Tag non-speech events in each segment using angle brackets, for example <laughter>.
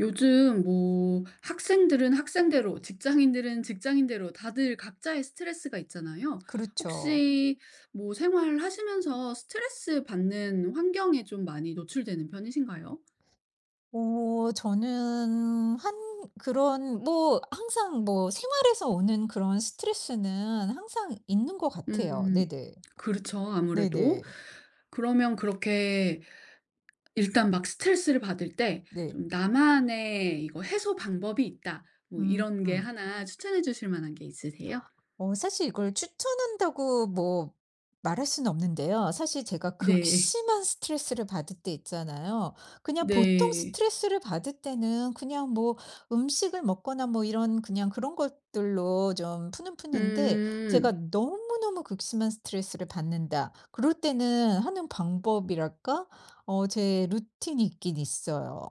요즘 뭐 학생들은 학생대로, 직장인들은 직장인대로 다들 각자의 스트레스가 있잖아요. 그렇죠. 혹시 뭐 생활하시면서 스트레스 받는 환경에 좀 많이 노출되는 편이신가요? 오, 저는 한 그런 뭐 항상 뭐 생활에서 오는 그런 스트레스는 항상 있는 것 같아요. 음. 네네. 그렇죠. 아무래도. 네네. 그러면 그렇게 일단 막 스트레스를 받을 때 네. 좀 '나만의 이거 해소 방법이 있다.' 뭐 음. 이런 게 음. 하나 추천해 주실 만한 게 있으세요? 사실 이걸 추천한다고 뭐 말할 수는 없는데요. 사실 제가 네. 극심한 스트레스를 받을 때 있잖아요. 그냥 보통 네. 스트레스를 받을 때는 그냥 뭐 음식을 먹거나 뭐 이런 그냥 그런 것들로 좀 푸는데, 제가 음. 너무너무 극심한 스트레스를 받는다. 그럴 때는 하는 방법이랄까? 제 루틴이 있긴 있어요.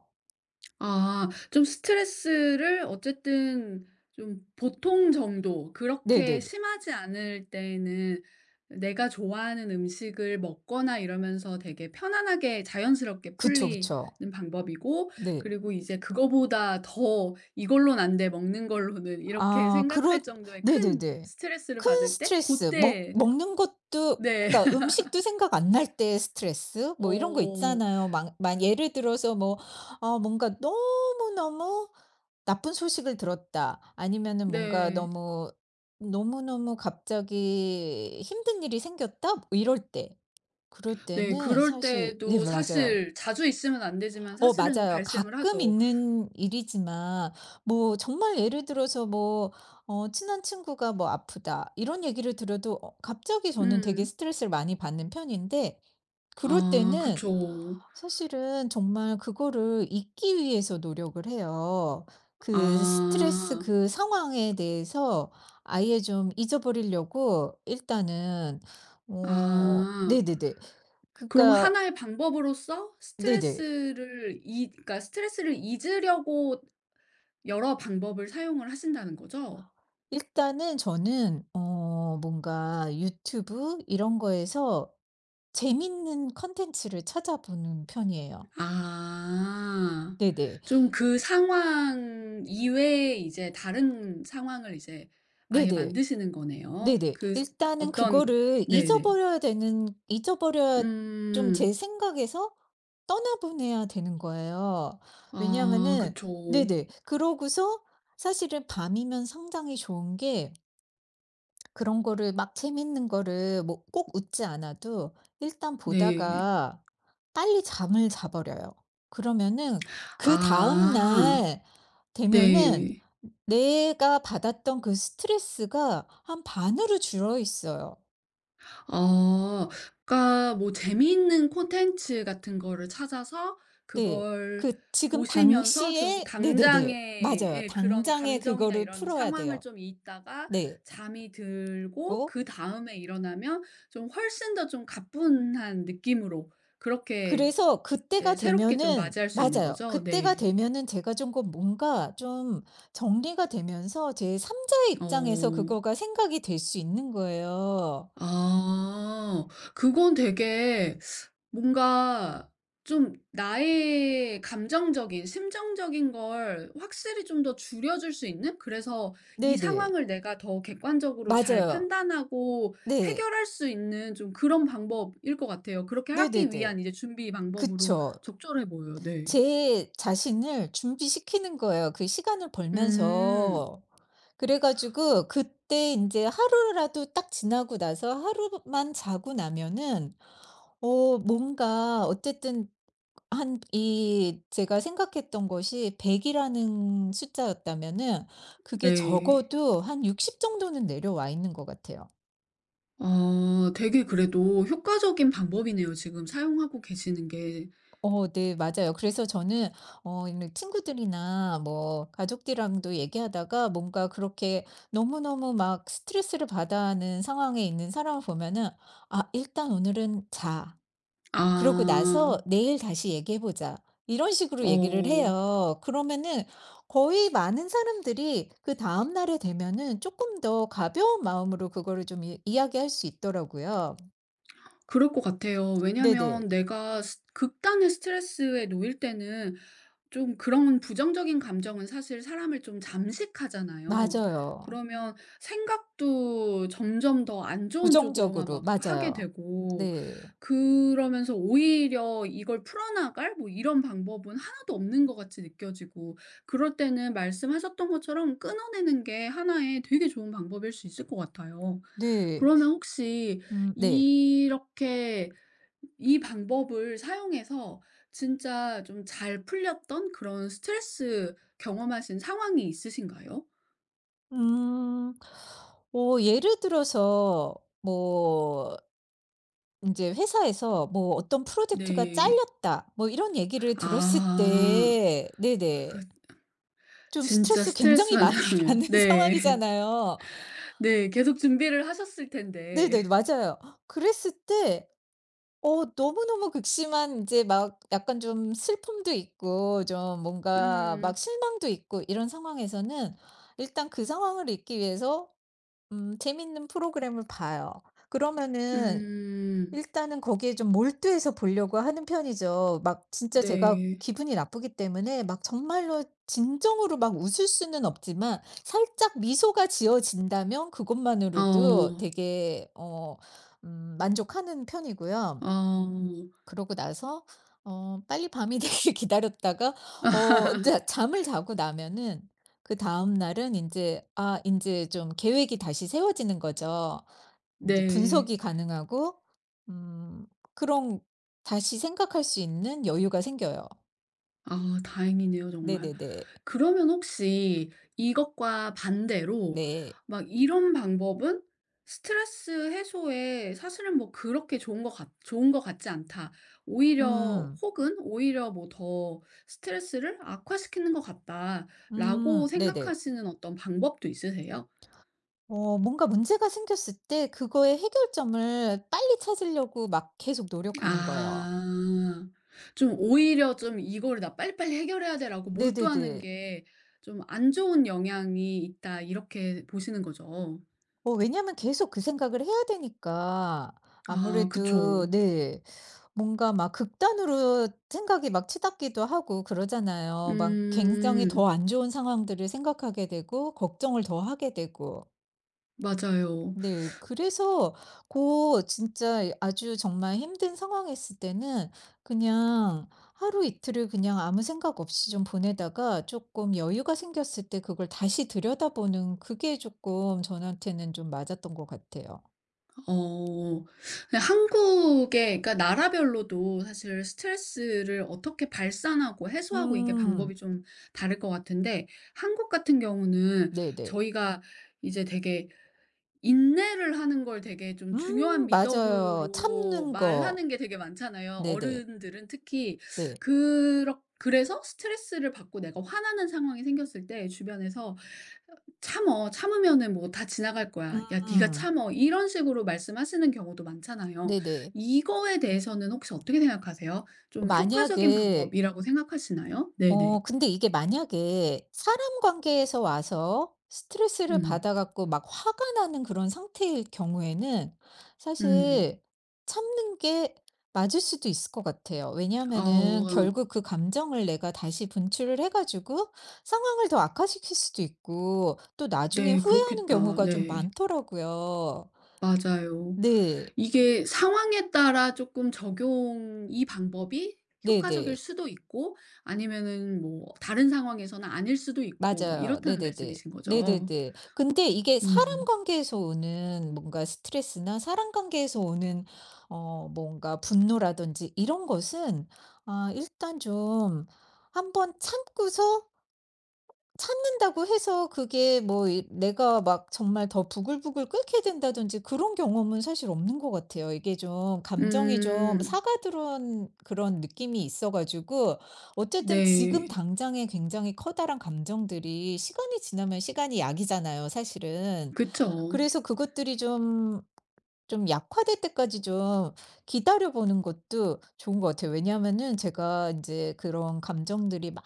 아 좀 스트레스를 어쨌든 좀 보통 정도 그렇게 네네네. 심하지 않을 때는 내가 좋아하는 음식을 먹거나 이러면서 되게 편안하게 자연스럽게 그쵸, 풀리는 그쵸. 방법이고, 네. 그리고 이제 그거보다 더 '이걸로는 안 돼. 먹는 걸로는.' 이렇게 아 그렇 생각할 정도의 큰 네네네. 스트레스를 큰 받을 때 그 스트레스 먹 때 먹는 것도, 네. 그러니까 <laughs> 음식도 생각 안 날 때 스트레스 뭐 이런 거 어 있잖아요. 막 만 예를 들어서 뭐 뭔가 너무너무 나쁜 소식을 들었다. 아니면은 뭔가 네. 너무 너무너무 갑자기 힘든 일이 생겼다? 뭐 이럴 때. 그럴 네 때는 그럴 사실 네 때도 맞아요. 사실 자주 있으면 안 되지만 사실은 맞아요. 발생을 가끔 하죠. 있는 일이지만 뭐 정말 예를 들어서 뭐 친한 친구가 뭐 "아프다." 이런 얘기를 들어도 갑자기 저는 되게 음. 스트레스를 많이 받는 편인데, 그럴 아 때는 그쵸. 사실은 정말 그거를 잊기 위해서 노력을 해요. 그 스트레스 아. 그 상황에 대해서 아예 좀 잊어버리려고 일단은. 아. 네네네. 그럼 그러니까 하나의 방법으로서 네네. 스트레스를 이, 그러니까 스트레스를 잊으려고 여러 방법을 사용을 하신다는 거죠? 일단은 저는 뭔가 유튜브 이런 거에서 재밌는 컨텐츠를 찾아보는 편이에요. 아. 네네. 좀 그 상황 이외에 이제 다른 상황을 이제 아예 네네. 만드시는 거네요. 네네. 그 스 일단은 어떤. 그거를 네네. 잊어버려야, 좀 음. 제 생각에서 떠나보내야 되는 거예요. 아 왜냐하면은 그쵸. 네네. 그러고서 사실은 밤이면 상당히 좋은 게, 그런 거를 막 재밌는 거를 뭐 꼭 웃지 않아도 일단 네. 보다가 빨리 잠을 자 버려요. 그러면은 그다음 아. 날 되면은 네. 내가 받았던 그 스트레스가 한 반으로 줄어 있어요. 아. 그러니까 뭐 재미있는 콘텐츠 같은 거를 찾아서 네. 그걸 그 지금 보시면서 좀 당시에 네네네. 당장의, 맞아요. 예 그런 당장에 감정이나 그거를 이런 풀어야 상황을 돼요. 좀 잊다가 네. 잠이 들고, 고 그다음에 일어나면 좀 훨씬 더 좀 가뿐한 느낌으로 그렇게 그래서 이제 그때가 새롭게 좀 되면은 맞이할 수 있는 맞아요. 거죠? 그때가 네. 되면은 제가 좀 그 뭔가 좀 정리가 되면서 제 3 자의 입장에서 어. 그거가 생각이 될 수 있는 거예요. 아. 그건 되게 뭔가 좀 나의 감정적인, 심정적인 걸 확실히 좀 더 줄여 줄 수 있는, 그래서 이 네네. 상황을 내가 더 객관적으로 잘 맞아요. 판단하고 네. 해결할 수 있는 좀 그런 방법일 것 같아요. 그렇게 하기 네네네. 위한 이제 준비 방법으로 그쵸. 적절해 보여요. 네. 제 자신을 준비시키는 거예요, 그 시간을 음. 벌면서. 그래 가지고 그때 인제 하루라도 딱 지나고 나서 하루만 자고 나면은 뭔가 어쨌든 한 이 제가 생각했던 것이 100 이라는 숫자였다면은, 그게 네. 적어도 한 60 정도는 내려와 있는 것 같아요. 아 되게 그래도 효과적인 방법이네요, 지금 사용하고 계시는 게. 네 맞아요. 그래서 저는 이런 친구들이나 뭐 가족들이랑도 얘기하다가 뭔가 그렇게 너무너무 막 스트레스를 받아 하는 상황에 있는 사람을 보면은 '아 일단 오늘은 자.' 아. 그러고 나서 "내일 다시 얘기해 보자." 이런 식으로 얘기를 어. 해요. 그러면은 거의 많은 사람들이 그다음 날에 되면은 조금 더 가벼운 마음으로 그거를 좀 이 이야기할 수 있더라고요. 그럴 것 같아요. 네네. 왜냐면 내가 스 극단의 스트레스에 놓일 때는 좀 그런 부정적인 감정은 사실 사람을 좀 잠식하잖아요. 맞아요. 그러면 생각도 점점 더 안 좋은 쪽으로만 부정적으로. 막 하게 맞아요. 되고, 네. 그러면서 오히려 이걸 풀어나갈 뭐 이런 방법은 하나도 없는 것 같이 느껴지고. 그럴 때는 말씀하셨던 것처럼 끊어내는 게 하나의 되게 좋은 방법일 수 있을 것 같아요. 네. 그러면 혹시 네. 이렇게 이 방법을 사용해서 진짜 좀 잘 풀렸던 그런 스트레스 경험하신 상황이 있으신가요? 음. 예를 들어서 뭐 인제 회사에서 뭐 "어떤 프로젝트가 네. 잘렸다." 뭐 이런 얘기를 들었을 아. 때 그 네네. 좀 진짜 스트레스 스트레스 굉장히 많이 <laughs> 받는. 받는 <laughs> 네. 상황이잖아요. 네. 계속 준비를 하셨을 네네. 텐데. 맞아요. 그랬을 때 너무너무 극심한 인제 막 약간 좀 슬픔도 있고 좀 뭔가 음. 막 실망도 있고 이런 상황에서는 일단 그 상황을 잊기 위해서 재밌는 프로그램을 봐요. 그러면은 음. 일단은 거기에 좀 몰두해서 보려고 하는 편이죠. 막 진짜 제가 네. 기분이 나쁘기 때문에 막 정말로 진정으로 막 웃을 수는 없지만 살짝 미소가 지어진다면 그것만으로도 어. 되게 만족하는 편이고요. 어. 그러고 나서 빨리 밤이 <laughs> 되길 기다렸다가 자 잠을 자고 나면은 그다음 날은 이제 이제 좀 계획이 다시 세워지는 거죠. 인제 네. 분석이 가능하고 음 그런 다시 생각할 수 있는 여유가 생겨요. 아 다행이네요, 정말. 네네네. 그러면 혹시 이것과 반대로 네. 막 이런 방법은 스트레스 해소에 사실은 뭐 그렇게 좋은 것 같지 않다. 오히려, 음. 혹은 오히려 뭐 더 스트레스를 악화시키는 것 같다라고 네네. 생각하시는 어떤 방법도 있으세요? 뭔가 문제가 생겼을 때 그거의 해결점을 빨리 찾으려고 막 계속 노력하는 거예요. 아. 좀 오히려 좀 '이거를 나 빨리빨리 해결해야 돼.'라고 몰두하는 네네네. 게 좀 '안 좋은 영향이 있다.' 이렇게 보시는 거죠. 왜냐면 계속 그 생각을 해야 되니까 아 그쵸. 아무래도 네. 뭔가 막 극단으로 생각이 막 치닫기도 하고 그러잖아요. 막 굉장히 더 음. 안 좋은 상황들을 생각하게 되고 걱정을 더 하게 되고. 맞아요. 네. 그래서 고 진짜 아주 정말 힘든 상황에 있을 때는 그냥 하루 이틀을 그냥 아무 생각 없이 좀 보내다가 조금 여유가 생겼을 때 그걸 다시 들여다보는 그게 조금 저한테는 좀 맞았던 것 같아요. 어. 네 한국의, 그러니까 나라별로도 사실 스트레스를 어떻게 발산하고 해소하고 이게 음. 방법이 좀 다를 것 같은데, 한국 같은 경우는 네네. 저희가 이제 되게 인내를 하는 걸 되게 좀 중요한 맞아요. 미덕으로 참는 거. 말하는 게 되게 많잖아요, 네네. 어른들은 특히. 네. 그렇 그래서 스트레스를 받고 내가 화나는 상황이 생겼을 때 주변에서 "참어. 참으면은 뭐 다 지나갈 거야. 야 네가 음. 참어." 이런 식으로 말씀하시는 경우도 많잖아요. 네네. 이거에 대해서는 혹시 어떻게 생각하세요? 좀 효과적인 만약에 방법이라고 생각하시나요? 네네. 근데 이게 만약에 사람 관계에서 와서 스트레스를 음. 받아 갖고 막 화가 나는 그런 상태일 경우에는 음. 사실 참는 게 맞을 수도 있을 것 같아요. 왜냐하면은 아. 결국 그 감정을 내가 다시 분출을 해 가지고 상황을 더 악화시킬 수도 있고 또 나중에 네. 후회하는 그렇겠다. 경우가 좀 네. 많더라고요. 맞아요. 네. 이게 상황에 따라 조금 적용 이 방법이 효과적일 네네. 수도 있고, 아니면은 뭐 다른 상황에서는 아닐 수도 있고 뭐 맞아요. 이렇다는 네네네. 말씀이신 거죠? 네네네. 근데 이게 사람 음. 관계에서 오는 뭔가 스트레스나 사람 관계에서 오는 뭔가 분노라든지 이런 것은 일단 좀 한번 참고서, 참는다고 해서 그게 뭐 이 내가 막 정말 더 부글부글 끓게 된다든지 그런 경험은 사실 없는 것 같아요. 이게 좀 감정이 좀 음. 사가들은 그런 느낌이 있어 가지고 어쨌든 지금 네. 당장에 굉장히 커다란 감정들이, 시간이 지나면 시간이 약이잖아요 사실은. 그쵸. 그래서 그것들이 좀 약화될 때까지 좀 기다려 보는 것도 좋은 것 같아요. 왜냐하면은 제가 이제 그런 감정들이 막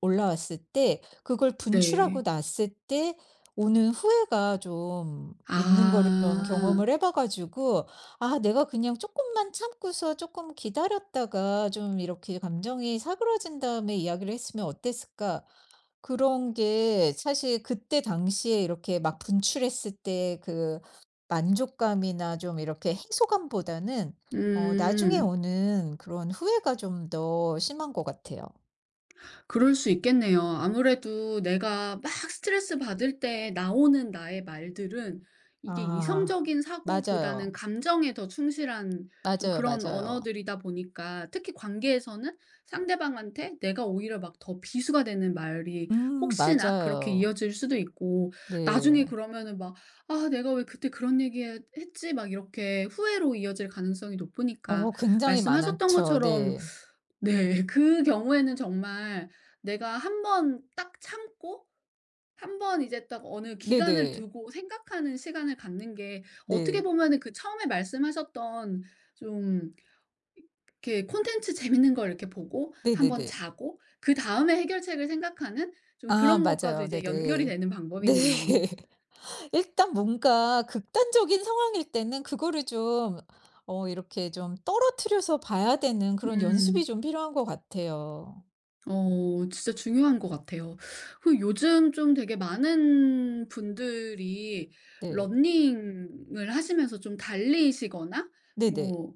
올라왔을 때 그걸 분출하고 네. 났을 때 오는 후회가 좀 있는 거를 좀 아. 경험을 해봐 가지고 '아 내가 그냥 조금만 참고서 조금 기다렸다가 좀 이렇게 감정이 사그러진 다음에 이야기를 했으면 어땠을까?' 그런 게 사실 그때 당시에 이렇게 막 분출했을 때 그 만족감이나 좀 이렇게 해소감보다는 나중에 음. 오는 그런 후회가 좀 더 심한 것 같아요. 그럴 수 있겠네요. 아무래도 내가 막 스트레스 받을 때 나오는 나의 말들은 이게 아. 이성적인 사고보다는 맞아요. 감정에 더 충실한 좀 맞아요, 그런 맞아요. 언어들이다 보니까, 특히 관계에서는 상대방한테 내가 오히려 막 더 비수가 되는 말이 혹시나 그렇게 맞아요. 이어질 수도 있고, 나중에 네. 그러면은 막 '아 내가 왜 그때 그런 얘기 했 했지?' 막 이렇게 후회로 이어질 가능성이 높으니까 굉장히 말씀하셨던 많았죠. 것처럼 네. 네. <laughs> 그 경우에는 정말 내가 한번 딱 참고 한번 이제 딱 어느 기간을 네네. 두고 생각하는 시간을 갖는 게 어떻게 네. 보면은 그 처음에 말씀하셨던 좀 이렇게 콘텐츠 재밌는 걸 이렇게 보고 한번 네네네. 자고 그다음에 해결책을 생각하는 좀 아 그런 것과도 맞아요. 이제 연결이 네네. 되는 네. 방법이네요. <laughs> 일단 뭔가 극단적인 상황일 때는 그거를 좀 이렇게 좀 떨어뜨려서 봐야 되는 그런 음. 연습이 좀 필요한 것 같아요. 어 진짜 중요한 것 같아요. 그 요즘 좀 되게 많은 분들이 네. 러닝을 하시면서 좀 달리시거나 네네. 뭐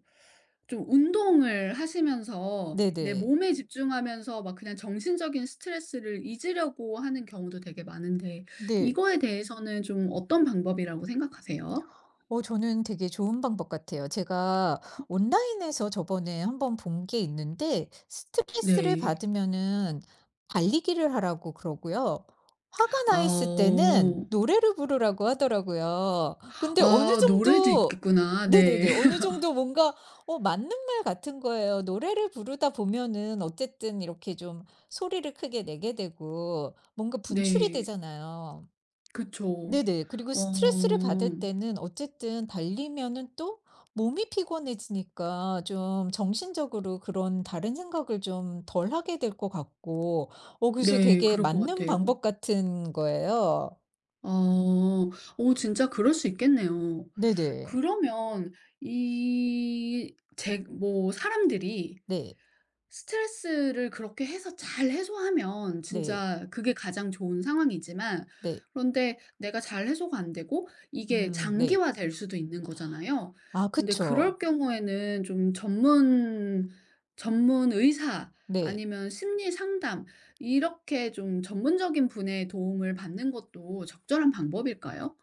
좀 운동을 하시면서 내 네네. 몸에 집중하면서 막 그냥 정신적인 스트레스를 잊으려고 하는 경우도 되게 많은데, 네. 이거에 대해서는 좀 어떤 방법이라고 생각하세요? 저는 되게 좋은 방법 같아요. 제가 온라인에서 저번에 한번 본 게 있는데 스트레스를 네. 받으면은 달리기를 하라고 그러고요. 화가 아 나 있을 때는 어. 노래를 부르라고 하더라고요. 근데 어느 아 노래도 정도 있겠구나. 네. 네네네. 어느 <laughs> 정도 뭔가 맞는 말 같은 거예요. 노래를 부르다 보면은 어쨌든 이렇게 좀 소리를 크게 내게 되고 뭔가 분출이 네. 되잖아요. 그쵸. 네네. 그리고 스트레스를 받을 어. 때는 어쨌든 달리면은 또 몸이 피곤해지니까 좀 정신적으로 그런 다른 생각을 좀 덜 하게 될 것 같고 그래서 네. 되게 그럴 것 맞는 같아요. 방법 같은 거예요. 아. 오, 진짜 그럴 수 있겠네요. 네네. 그러면 이 제 뭐 사람들이 네. 스트레스를 그렇게 해서 잘 해소하면 네. 진짜 그게 가장 좋은 상황이지만 네. 그런데 내가 잘 해소가 안 되고 이게 네. 장기화될 수도 있는 거잖아요. 아 근데 그럴 그쵸. 경우에는 좀 전문 의사 네. 아니면 심리 상담, 이렇게 좀 전문적인 분의 도움을 받는 것도 적절한 방법일까요?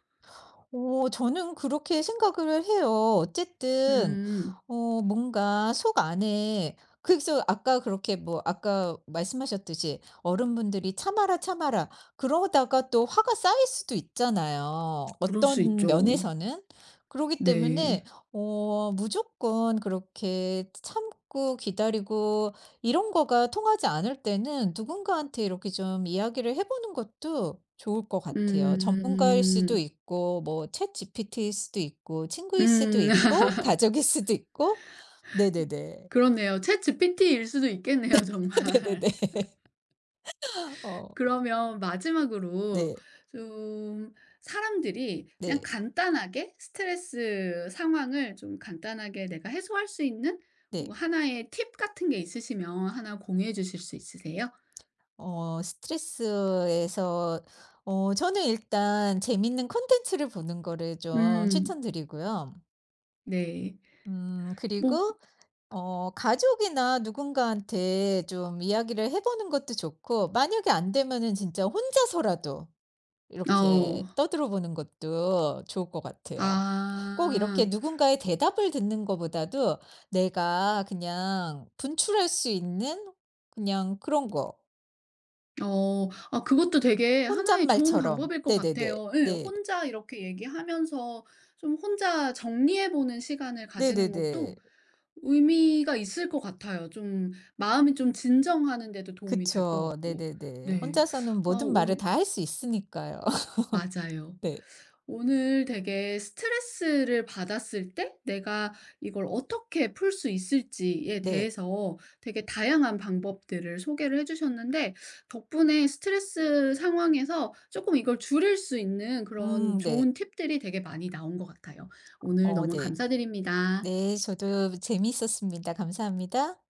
오, 저는 그렇게 생각을 해요. 어쨌든 음. 뭔가 속 안에, 그래서 아까 그렇게 뭐 아까 말씀하셨듯이 어른분들이 "참아라, 참아라." 그러다가 또 화가 쌓일 수도 있잖아요, 그럴 수 어떤 있죠. 면에서는. 그러기 네. 때문에 무조건 그렇게 참고 기다리고, 이런 거가 통하지 않을 때는 누군가한테 이렇게 좀 이야기를 해 보는 것도 좋을 것 같아요. 전문가일 수도 음. 있고 뭐 챗GPT일 수도 있고 친구일 수도 음. 음. 있고 <laughs> 가족일 수도 있고. 네네네. 그렇네요. 챗GPT일 수도 있겠네요, 정말. <laughs> 네네네. <laughs> 어 그러면 마지막으로 네. 좀 사람들이 그냥 네. 간단하게 스트레스 상황을 좀 간단하게 내가 해소할 수 있는 네. 뭐 하나의 팁 같은 게 있으시면 하나 공유해 주실 수 있으세요? 스트레스에서 저는 일단 재밌는 콘텐츠를 보는 거를 좀 음. 추천드리고요. 네. 뭐. 그리고 가족이나 누군가한테 좀 이야기를 해 보는 것도 좋고, 만약에 안 되면은 진짜 혼자서라도 어. 이렇게 떠들어 보는 것도 좋을 것 같아요. 꼭 이렇게 아. 누군가의 대답을 듣는 것보다도 내가 그냥 분출할 수 있는 그냥 그런 거. 어. 아 그것도 되게 하나의 좋은 혼잣말처럼. 방법일 것 네네네. 같아요. 예. 네. 혼자 이렇게 얘기하면서 좀 혼자 정리해 보는 시간을 가지는 네네네. 것도 의미가 있을 것 같아요. 좀 마음이 좀 진정하는 데도 도움이 될 것 그쵸. 같고. 네네네. 네. 혼자서는 아 모든 말을 온 다 할 수 있으니까요. <laughs> 맞아요. 네. 오늘 되게 스트레스를 받았을 때 내가 이걸 어떻게 풀 수 있을지에 네. 대해서 되게 다양한 방법들을 소개를 해 주셨는데, 덕분에 스트레스 상황에서 조금 이걸 줄일 수 있는 그런 네. 좋은 팁들이 되게 많이 나온 것 같아요. 오늘 어 너무 네. 감사드립니다. 네, 저도 재미있었습니다. 감사합니다.